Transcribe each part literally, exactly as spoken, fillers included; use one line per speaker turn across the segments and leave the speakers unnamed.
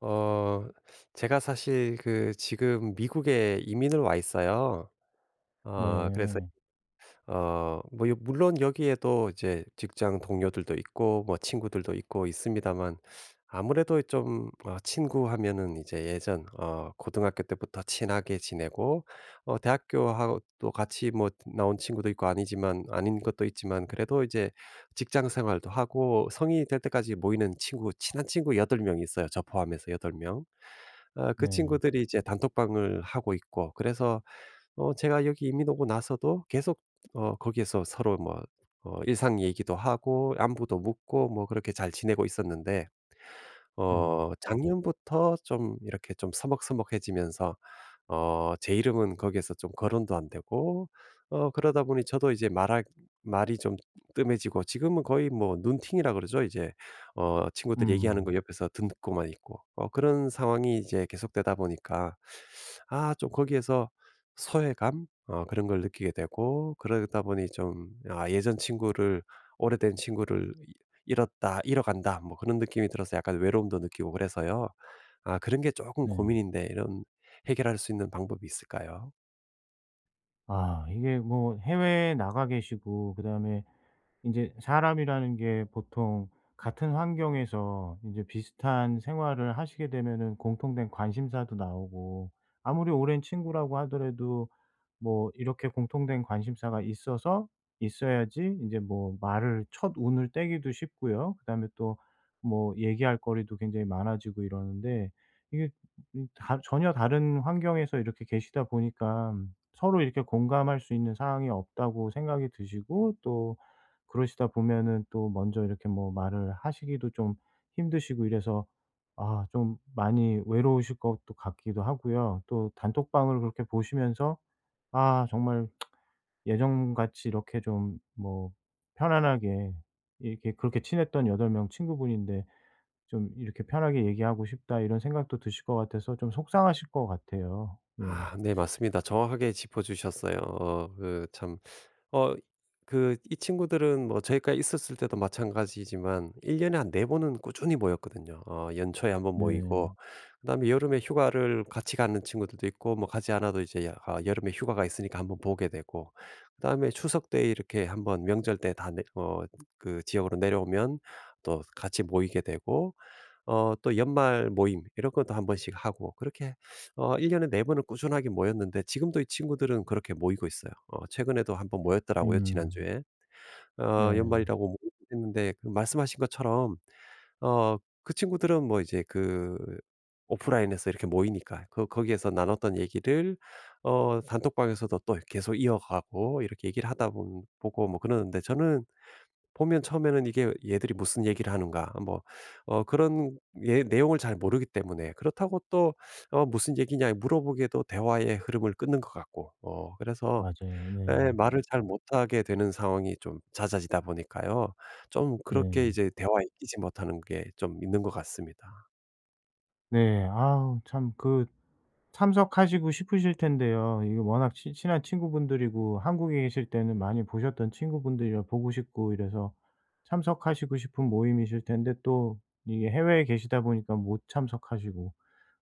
어 제가 사실 그 지금 미국에 이민을 와 있어요. 어 그래서
네.
어 뭐 요- 물론 여기에도 이제 직장 동료들도 있고 뭐 친구들도 있고 있습니다만, 아무래도 좀 어 친구 하면은 이제 예전 어 고등학교 때부터 친하게 지내고 어 대학교하고 또 같이 뭐 나온 친구도 있고 아니지만 아닌 것도 있지만, 그래도 이제 직장 생활도 하고 성인이 될 때까지 모이는 친구, 친한 친구 여덟 명이 있어요, 저 포함해서 여덟 명. 아, 그
네.
친구들이 이제 단톡방을 하고 있고, 그래서 어 제가 여기 이민 오고 나서도 계속 어 거기에서 서로 뭐 어 일상 얘기도 하고 안부도 묻고 뭐 그렇게 잘 지내고 있었는데,
네.
어 작년부터 좀 이렇게 좀 서먹서먹해지면서 어 제 이름은 거기에서 좀 거론도 안 되고, 어 그러다 보니 저도 이제 말하 말이 좀 뜸해지고, 지금은 거의 뭐 눈팅이라 그러죠. 이제 어 친구들 얘기하는
음.
거 옆에서 듣고만 있고, 어 그런 상황이 이제 계속되다 보니까 아 좀 거기에서 소외감, 어 그런 걸 느끼게 되고, 그러다 보니 좀 아 예전 친구를, 오래된 친구를 잃었다, 잃어간다 뭐 그런 느낌이 들어서 약간 외로움도 느끼고 그래서요. 아, 그런 게 조금
네.
고민인데, 이런 해결할 수 있는 방법이 있을까요?
아, 이게 뭐 해외에 나가 계시고, 그다음에 이제 사람이라는 게 보통 같은 환경에서 이제 비슷한 생활을 하시게 되면은 공통된 관심사도 나오고, 아무리 오랜 친구라고 하더라도 뭐 이렇게 공통된 관심사가 있어서 있어야지 이제 뭐 말을 첫 운을 떼기도 쉽고요. 그다음에 또 뭐 얘기할 거리도 굉장히 많아지고 이러는데, 이게 이 다 전혀 다른 환경에서 이렇게 계시다 보니까 서로 이렇게 공감할 수 있는 상황이 없다고 생각이 드시고, 또 그러시다 보면은 또 먼저 이렇게 뭐 말을 하시기도 좀 힘드시고 이래서 아 좀 많이 외로우실 것도 같기도 하고요. 또 단톡방을 그렇게 보시면서 아 정말 예전같이 이렇게 좀 뭐 편안하게 이렇게 그렇게 친했던 여덟 명 친구분인데 좀 이렇게 편하게 얘기하고 싶다 이런 생각도 드실 것 같아서 좀 속상하실 것 같아요. 예.
아 네 맞습니다. 정확하게 짚어 주셨어요. 어그참 어 그 이 친구들은 뭐 저희가 있었을 때도 마찬가지지만 일 년에 한 네 번은 꾸준히 모였거든요. 어 연초에 한번 모이고,
네.
그다음에 여름에 휴가를 같이 가는 친구들도 있고 뭐 가지 않아도 이제 여 아 여름에 휴가가 있으니까 한번 보게 되고, 그다음에 추석 때 이렇게 한번 명절 때 다 내 어 그 지역으로 내려오면 또 같이 모이게 되고, 어 또 연말 모임 이런 것도 한 번씩 하고 그렇게 어 일 년에 네 번은 꾸준하게 모였는데, 지금도 이 친구들은 그렇게 모이고 있어요. 어 최근에도 한번 모였더라고요,
음.
지난주에. 어
네.
연말이라고 모였는데 그 말씀하신 것처럼 어 그 친구들은 뭐 이제 그 오프라인에서 이렇게 모이니까 그 거기에서 나눴던 얘기를 어 단톡방에서도 또 계속 이어가고 이렇게 얘기를 하다 보 보고 뭐 그러는데, 저는 보면 처음에는 '이게 얘들이 무슨 얘기를 하는가.' 뭐 어 그런 예 내용을 잘 모르기 때문에 그렇다고 또 어 "무슨 얘기냐." 물어보기에도 대화의 흐름을 끊는 것 같고 어 그래서
맞아요. 네.
예 말을 음. 잘 못하게 되는 상황이 좀 잦아지다 보니까요. 좀 그렇게
네.
이제 대화에 끼지 못하는 게 좀 있는 것 같습니다.
네. 아우 참그 참석하시고 싶으실 텐데요. 이게 워낙 친 친한 친구분들이고 한국에 계실 때는 많이 보셨던 친구분들이라 보고 싶고 이래서 참석하시고 싶은 모임이실 텐데, 또 이게 해외에 계시다 보니까 못 참석하시고.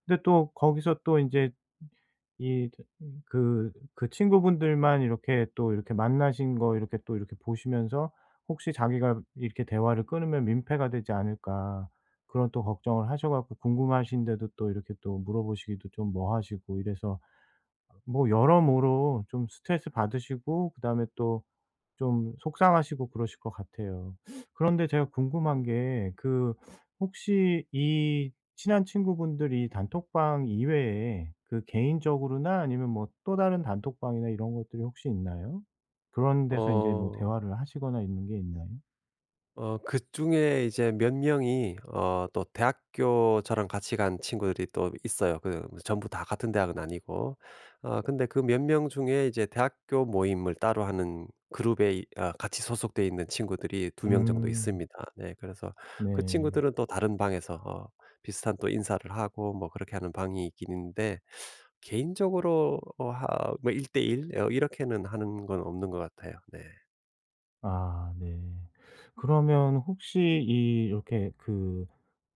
근데 또 거기서 또 이제 이 그 그 친구분들만 이렇게 또 이렇게 만나신 거 이렇게 또 이렇게 보시면서 '혹시 자기가 이렇게 대화를 끊으면 민폐가 되지 않을까.' 그런 또 걱정을 하셔 갖고, 궁금하신데도 또 이렇게 또 물어보시기도 좀 뭐 하시고 이래서 뭐 여러모로 좀 스트레스 받으시고, 그다음에 또 좀 속상하시고 그러실 것 같아요. 그런데 제가 궁금한 게, 그 혹시 이 친한 친구분들이 단톡방 이외에 그 개인적으로나 아니면 뭐 또 다른 단톡방이나 이런 것들이 혹시 있나요? 그런 데서 인제 뭐
어.
대화를 하시거나 있는 게 있나요?
어 그중에 이제 몇 명이 어 또 대학교 저랑 같이 간 친구들이 또 있어요. 그 뭐 전부 다 같은 대학은 아니고. 어 근데 그 몇 명 중에 이제 대학교 모임을 따로 하는 그룹에 이 아 같이 소속돼 있는 친구들이 두 명 정도
음.
있습니다. 네. 그래서 그
네.
친구들은 또 다른 방에서 어 비슷한 또 인사를 하고 뭐 그렇게 하는 방이 있긴 있는데, 개인적으로 어 하 뭐 일 대 일 어 이렇게는 하는 건 없는 것 같아요. 네.
아 네. 그러면 혹시 이 이렇게 그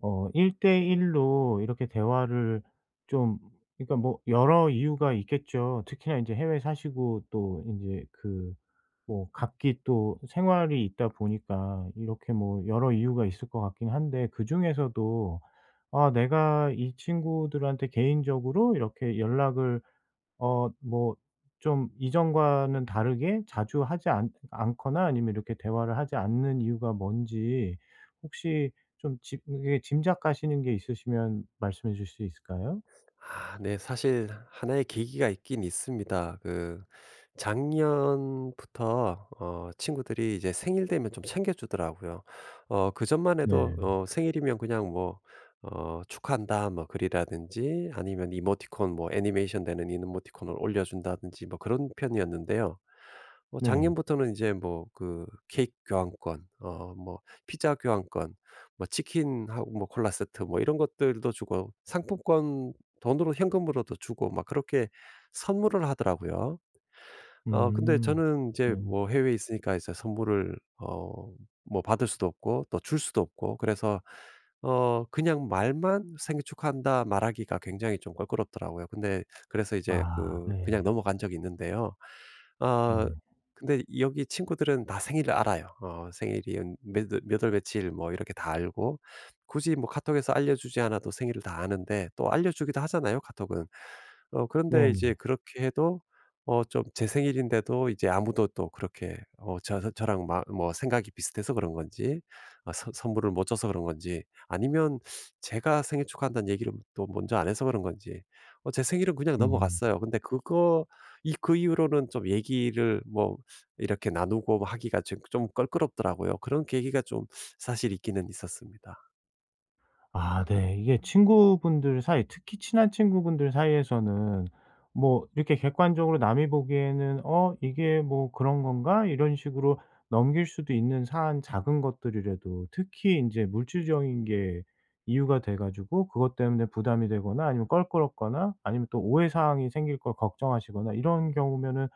어 일 대일로 이렇게 대화를 좀, 그러니까 뭐 여러 이유가 있겠죠. 특히나 이제 해외 사시고, 또 이제 그 뭐 각기 또 생활이 있다 보니까 이렇게 뭐 여러 이유가 있을 것 같긴 한데, 그중에서도 '아 내가 이 친구들한테 개인적으로 이렇게 연락을 어 뭐 좀 이전과는 다르게 자주 하지 않 않거나 아니면 이렇게 대화를 하지 않는 이유가 뭔지' 혹시 좀 짐 이게 짐작 가시는 게 있으시면 말씀해 주실 수 있을까요?
아 네. 사실 하나의 계기가 있긴 있습니다. 그 작년부터 어 친구들이 이제 생일 되면 좀 챙겨 주더라고요. 어 그전만 해도
네.
어 생일이면 그냥 뭐 어 "축하한다." 뭐 글이라든지 아니면 이모티콘, 뭐 애니메이션 되는 이모티콘을 올려 준다든지 뭐 그런 편이었는데요. 어
네.
작년부터는 이제 뭐 그 케이크 교환권, 어 뭐 피자 교환권, 뭐 치킨하고 뭐 콜라 세트, 뭐 이런 것들도 주고 상품권, 돈으로 현금으로도 주고 막 그렇게 선물을 하더라고요. 어 근데
음.
저는 이제
네.
뭐 해외에 있으니까 이제 선물을 어 뭐 받을 수도 없고 또 줄 수도 없고, 그래서 어 그냥 말만 "생일 축하한다." 말하기가 굉장히 좀 껄끄럽더라고요. 근데 그래서 이제
아
그 그냥
네.
넘어간 적이 있는데요. 아
네.
근데 여기 친구들은 다 생일을 알아요. 어 생일이 몇월, 몇 월 며칠 뭐 이렇게 다 알고, 굳이 뭐 카톡에서 알려주지 않아도 생일을 다 아는데, 또 알려주기도 하잖아요 카톡은. 어 그런데
네네.
이제 그렇게 해도 어 좀 제 생일인데도 이제 아무도 또 그렇게 어 저 저- 저랑 마, 뭐 생각이 비슷해서 그런 건지, 아 선 선물을 못 줘서 그런 건지, 아니면 제가 생일 축하한다는 얘기를 또 먼저 안 해서 그런 건지 어 제 생일은 그냥
음.
넘어갔어요. 근데 그거 이 그 이후로는 좀 얘기를 뭐 이렇게 나누고 하기가 좀 좀 껄끄럽더라고요. 그런 계기가 좀 사실 있기는 있었습니다.
아 네. 이게 친구분들 사이, 특히 친한 친구분들 사이에서는 뭐 이렇게 객관적으로 남이 보기에는 '어 이게 뭐 그런 건가?' 이런 식으로 넘길 수도 있는 사안, 작은 것들이라도 특히 이제 물질적인 게 이유가 돼 가지고 그것 때문에 부담이 되거나 아니면 껄끄럽거나 아니면 또 오해 사항이 생길 걸 걱정하시거나 이런 경우면은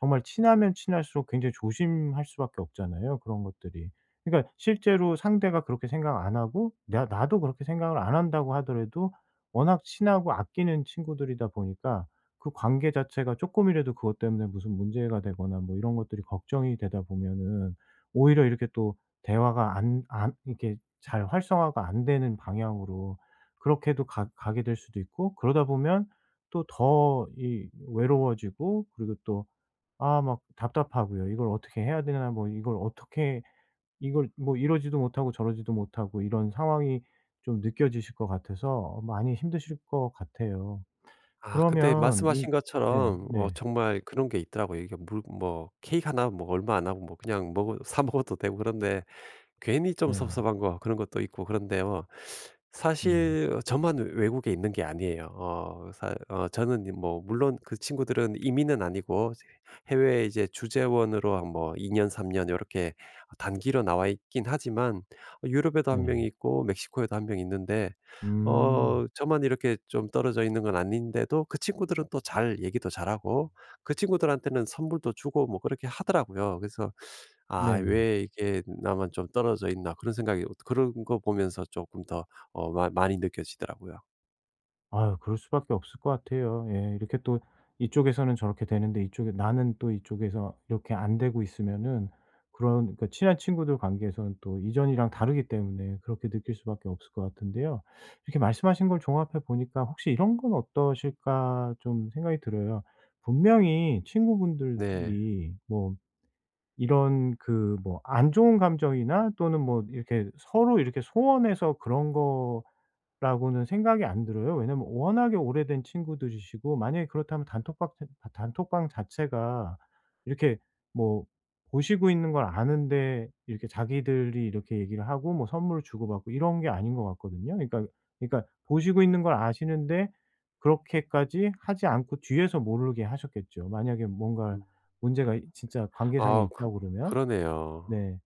정말 친하면 친할수록 굉장히 조심할 수밖에 없잖아요, 그런 것들이. 그러니까 실제로 상대가 그렇게 생각 안 하고 나 나도 그렇게 생각을 안 한다고 하더라도 워낙 친하고 아끼는 친구들이다 보니까 그 관계 자체가 조금이라도 그것 때문에 무슨 문제가 되거나 뭐 이런 것들이 걱정이 되다 보면은 오히려 이렇게 또 대화가 안 안 이렇게 잘 활성화가 안 되는 방향으로 그렇게도 가 가게 될 수도 있고, 그러다 보면 또 더 이 외로워지고 그리고 또 아 막 답답하고요. '이걸 어떻게 해야 되나.' 뭐 '이걸 어떻게 이걸 뭐 이러지도 못하고 저러지도 못하고', 이런 상황이 좀 느껴지실 것 같아서 많이 힘드실 것 같아요.
아 근데
그러면 이
말씀하신
네.
것처럼 어
네.
정말 그런 게 있더라고요. 이게 물 뭐 케이크 하나 뭐 얼마 안 하고 뭐 그냥 먹어 사 먹어도 되고 그런데 괜히 좀
네.
섭섭한 거 그런 것도 있고 그런데요.
네.
사실 어 저만 외국에 있는 게 아니에요. 어, 사, 어, 저는 뭐 물론 그 친구들은 이민은 아니고 해외에 이제 주재원으로 한뭐 이 년, 삼 년 이렇게 단기로 나와 있긴 하지만, 유럽에도 한 명
네.
있고 멕시코에도 한 명 있는데,
음.
어, 저만 이렇게 좀 떨어져 있는 건 아닌데도 그 친구들은 또 잘 얘기도 잘하고 그 친구들한테는 선물도 주고 뭐 그렇게 하더라고요. 그래서 '아
네네.
왜 이게 나만 좀 떨어져 있나.' 그런 생각이, 그런 거 보면서 조금 더 어 마 많이 느껴지더라고요.
아유 그럴 수밖에 없을 것 같아요. 예. 이렇게 또 이쪽에서는 저렇게 되는데 이쪽에 나는 또 이쪽에서 이렇게 안 되고 있으면은 그런, 그러니까 친한 친구들 관계에서는 또 이전이랑 다르기 때문에 그렇게 느낄 수밖에 없을 것 같은데요. 이렇게 말씀하신 걸 종합해 보니까 혹시 이런 건 어떠실까 좀 생각이 들어요. 분명히
네.
친구분들이 뭐 이런 그 뭐 안 좋은 감정이나 또는 뭐 이렇게 서로 이렇게 소원해서 그런 거 라고는 생각이 안 들어요. 왜냐면 워낙에 오래된 친구들이시고, 만약에 그렇다면 단톡방 자 단톡방 자체가 이렇게 뭐 보시고 있는 걸 아는데 이렇게 자기들이 이렇게 얘기를 하고 뭐 선물을 주고받고 이런 게 아닌 것 같거든요. 그러니까, 그러니까 보시고 있는 걸 아시는데 그렇게까지 하지 않고 뒤에서 모르게 하셨겠죠. 만약에 뭔가
음.
문제가 진짜 관계상에
아 그
있다고 그러면.
그러네요.
네.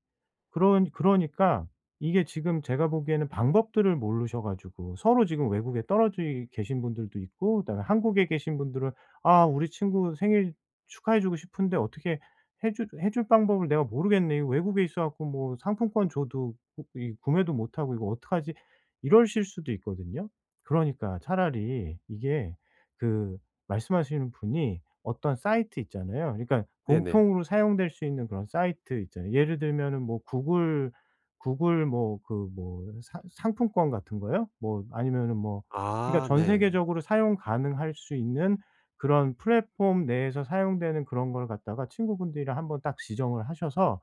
그런, 그러니까 이게 지금 제가 보기에는 방법들을 모르셔 가지고 서로 지금 외국에 떨어져 계신 분들도 있고, 그다음에 한국에 계신 분들은 '아 우리 친구 생일 축하해 주고 싶은데 어떻게 해 줄 해 줄 방법을 내가 모르겠네. 이거 외국에 있어 갖고 뭐 상품권 줘도 구 이 구매도 못 하고 이거 어떡하지?' 이러실 수도 있거든요. 그러니까 차라리 이게 그 말씀하시는 분이 어떤 사이트 있잖아요. 그러니까
네네.
공통으로 사용될 수 있는 그런 사이트 있잖아요. 예를 들면은 뭐 구글 구글 뭐 그 뭐 상품권 같은 거요? 뭐 아니면은 뭐 그러니까
아
전
네.
세계적으로 사용 가능할 수 있는 그런 플랫폼 내에서 사용되는 그런 걸 갖다가 친구분들이랑 한번 딱 지정을 하셔서,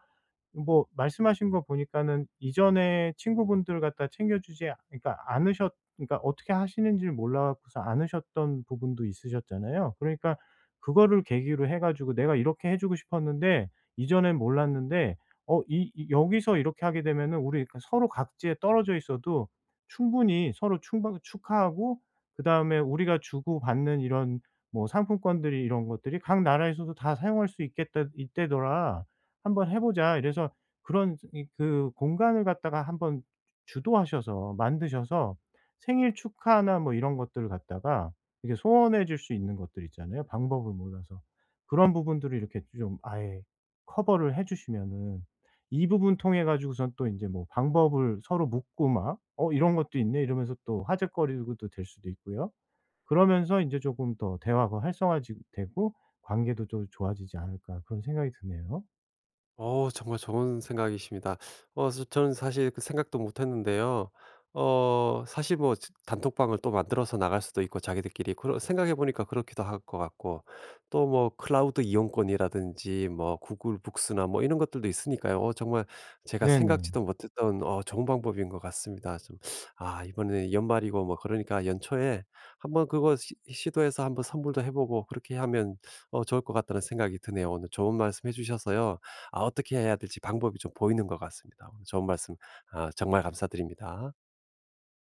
뭐 말씀하신 거 보니까는 이전에 친구분들 갖다 챙겨주지 아- 그러니까 않으셨 그러니까 어떻게 하시는지를 몰라 갖고서 않으셨던 부분도 있으셨잖아요. 그러니까 그거를 계기로 해 가지고 내가 이렇게 해 주고 싶었는데 이전엔 몰랐는데 어 이 이 여기서 이렇게 하게 되면은 우리 그러니까 서로 각지에 떨어져 있어도 충분히 서로 충박 축하하고 그다음에 우리가 주고받는 이런 뭐 상품권들이 이런 것들이 '각 나라에서도 다 사용할 수 있겠다 있때더라', "한번 해 보자." 이래서 그런 이 그 공간을 갖다가 한번 주도하셔서 만드셔서 생일 축하나 뭐 이런 것들을 갖다가 이렇게 소원해 줄 수 있는 것들 있잖아요, 방법을 몰라서. 그런 부분들을 이렇게 좀 아예 커버를 해 주시면은 이 부분 통해 가지고선 또 이제 뭐 방법을 서로 묻고 막 "어 이런 것도 있네." 이러면서 또 화제거리도 될 수도 있고요. 그러면서 이제 조금 더 대화가 활성화 되고 관계도 좀 좋아지지 않을까 그런 생각이 드네요.
어 정말 좋은 생각이십니다. 어 저 저는 사실 그 생각도 못 했는데요. 어 사실 뭐 지- 단톡방을 또 만들어서 나갈 수도 있고 자기들끼리 그러 생각해 보니까 그렇기도 할 것 같고, 또 뭐 클라우드 이용권이라든지 뭐 구글 북스나 뭐 이런 것들도 있으니까요. 어 정말 제가
네네.
생각지도 못했던 어 좋은 방법인 것 같습니다. 좀 아 이번에 연말이고 뭐 그러니까 연초에 한번 그거 시 시도해서 한번 선물도 해 보고, 그렇게 하면 어 좋을 것 같다는 생각이 드네요. 오늘 좋은 말씀 해 주셔서요. 아 어떻게 해야 될지 방법이 좀 보이는 것 같습니다. 오늘 좋은 말씀, 아 정말 감사드립니다.